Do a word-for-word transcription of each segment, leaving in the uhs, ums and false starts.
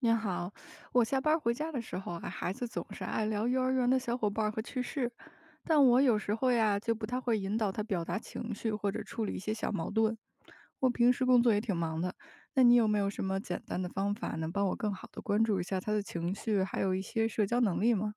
您好，我下班回家的时候啊，孩子总是爱聊幼儿园的小伙伴儿和趣事，但我有时候呀就不太会引导他表达情绪或者处理一些小矛盾。我平时工作也挺忙的，那你有没有什么简单的方法能帮我更好的关注一下他的情绪，还有一些社交能力吗？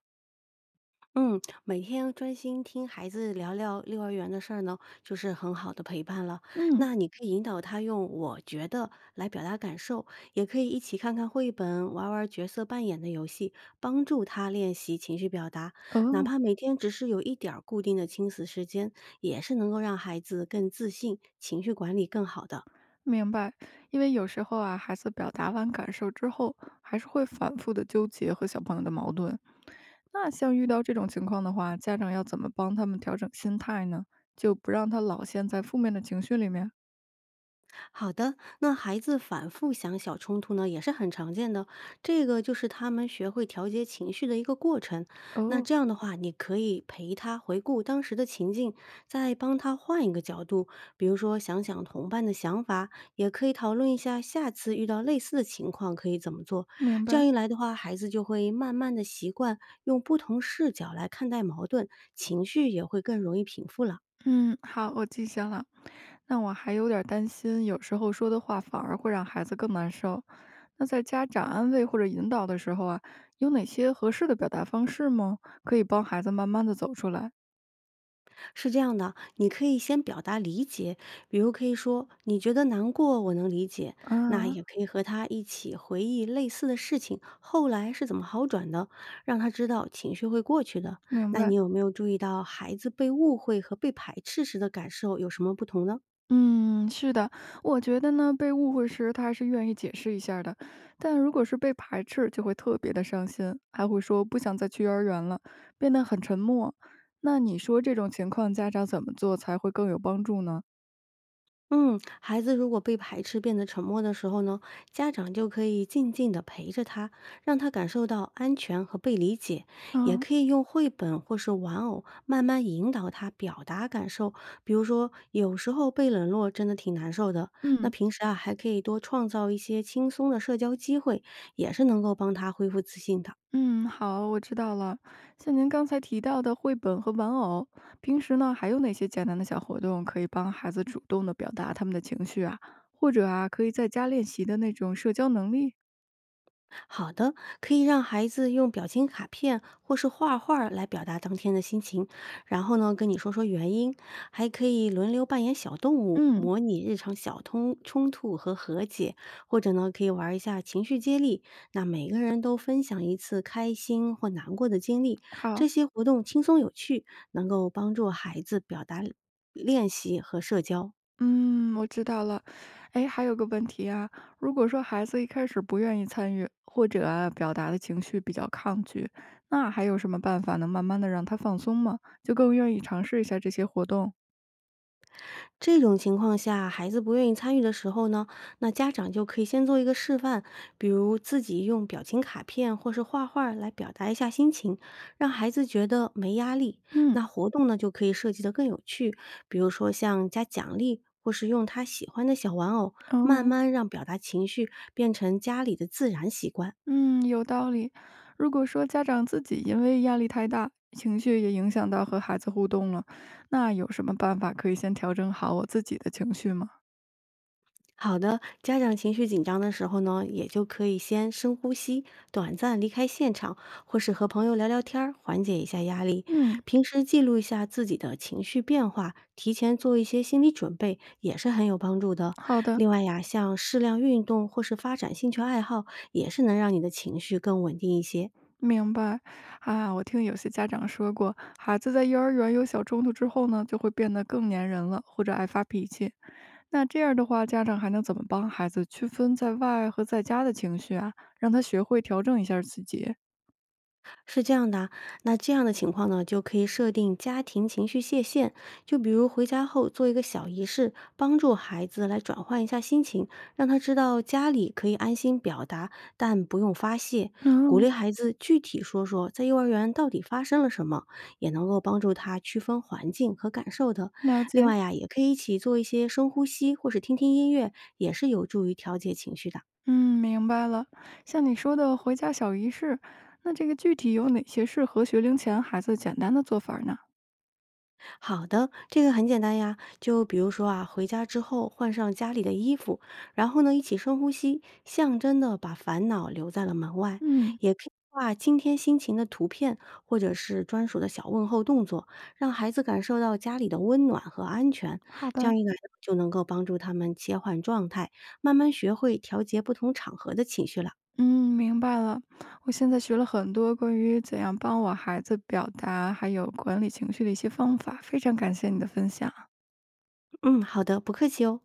嗯，每天专心听孩子聊聊幼儿园的事儿呢，就是很好的陪伴了。嗯。那你可以引导他用“我觉得”来表达感受，也可以一起看看绘本，玩玩角色扮演的游戏，帮助他练习情绪表达。哪哦。怕每天只是有一点儿固定的亲子时间，也是能够让孩子更自信，情绪管理更好的。明白。因为有时候啊，孩子表达完感受之后，还是会反复的纠结和小朋友的矛盾。那像遇到这种情况的话，家长要怎么帮他们调整心态呢？就不让他老陷在负面的情绪里面。好的，那孩子反复想小冲突呢，也是很常见的。这个就是他们学会调节情绪的一个过程。那哦。这样的话，你可以陪他回顾当时的情境，再帮他换一个角度，比如说想想同伴的想法，也可以讨论一下下次遇到类似的情况可以怎么做。明这白。样一来的话，孩子就会慢慢的习惯用不同视角来看待矛盾，情绪也会更容易平复了。嗯，好，我记下了。那我还有点儿担心，有时候说的话反而会让孩子更难受。那在家长安慰或者引导的时候啊，有哪些合适的表达方式吗？可以帮孩子慢慢的走出来。是这样的，你可以先表达理解，比如可以说你觉得难过，我能理解。那啊。也可以和他一起回忆类似的事情，后来是怎么好转的，让他知道情绪会过去的。明那你白。有没有注意到孩子被误会和被排斥时的感受有什么不同呢？嗯，是的，我觉得呢，被误会时他还是愿意解释一下的，但如果是被排斥，就会特别的伤心，还会说不想再去幼儿园了，变得很沉默。那你说这种情况，家长怎么做才会更有帮助呢？嗯，孩子如果被排斥变得沉默的时候呢，家长就可以静静的陪着他，让他感受到安全和被理解，也嗯可以用绘本或是玩偶慢慢引导他表达感受。比如说，有时候被冷落真的挺难受的，那嗯平时啊还可以多创造一些轻松的社交机会，也是能够帮他恢复自信的。嗯，好，我知道了。像您刚才提到的绘本和玩偶，平时呢还有哪些简单的小活动可以帮孩子主动的表达他们的情绪啊？或者啊，可以在家练习的那种社交能力？好的，可以让孩子用表情卡片或是画画儿来表达当天的心情，然后呢跟你说说原因，还可以轮流扮演小动物，嗯，模拟日常小通冲突和和解，或者呢可以玩一下情绪接力，那每个人都分享一次开心或难过的经历，好。这些活动轻松有趣，能够帮助孩子表达、练习和社交。嗯，我知道了。哎，还有个问题啊，如果说孩子一开始不愿意参与，或者啊表达的情绪比较抗拒，那还有什么办法能慢慢的让他放松吗？就更愿意尝试一下这些活动？这种情况下，孩子不愿意参与的时候呢，那家长就可以先做一个示范，比如自己用表情卡片或是画画儿来表达一下心情，让孩子觉得没压力。嗯。那活动呢，就可以设计得更有趣，比如说像加奖励。或是用他喜欢的小玩偶，慢哦。慢让表达情绪变成家里的自然习惯。嗯，有道理。如果说家长自己因为压力太大，情绪也影响到和孩子互动了，那有什么办法可以先调整好我自己的情绪吗？好的，家长情绪紧张的时候呢，也就可以先深呼吸，短暂离开现场，或是和朋友聊聊天儿缓解一下压力。嗯，平时记录一下自己的情绪变化，提前做一些心理准备，也是很有帮助的。好的。另外呀，像适量运动或是发展兴趣爱好，也是能让你的情绪更稳定一些。明白。啊，我听有些家长说过，孩子在幼儿园有小冲突之后呢，就会变得更粘人了，或者爱发脾气。那这样的话，家长还能怎么帮孩子区分在外和在家的情绪啊？让他学会调整一下自己。是这样的啊，那这样的情况呢，就可以设定家庭情绪界限，就比如回家后做一个小仪式，帮助孩子来转换一下心情，让他知道家里可以安心表达，但不用发泄。鼓励嗯。孩子具体说说在幼儿园到底发生了什么，也能够帮助他区分环境和感受的。了解。另外呀，也可以一起做一些深呼吸，或是听听音乐，也是有助于调节情绪的。嗯，明白了。像你说的回家小仪式，那这个具体有哪些适合学龄前孩子简单的做法儿呢？好的，这个很简单呀，就比如说啊，回家之后换上家里的衣服，然后呢一起深呼吸，象征的把烦恼留在了门外，嗯，也可以画今天心情的图片，或者是专属的小问候动作，让孩子感受到家里的温暖和安全。好这的。样一来呢就能够帮助他们切换状态，慢慢学会调节不同场合的情绪了。嗯，明白了。我现在学了很多关于怎样帮我孩子表达，还有管理情绪的一些方法，非常感谢你的分享。嗯，好的，不客气哦。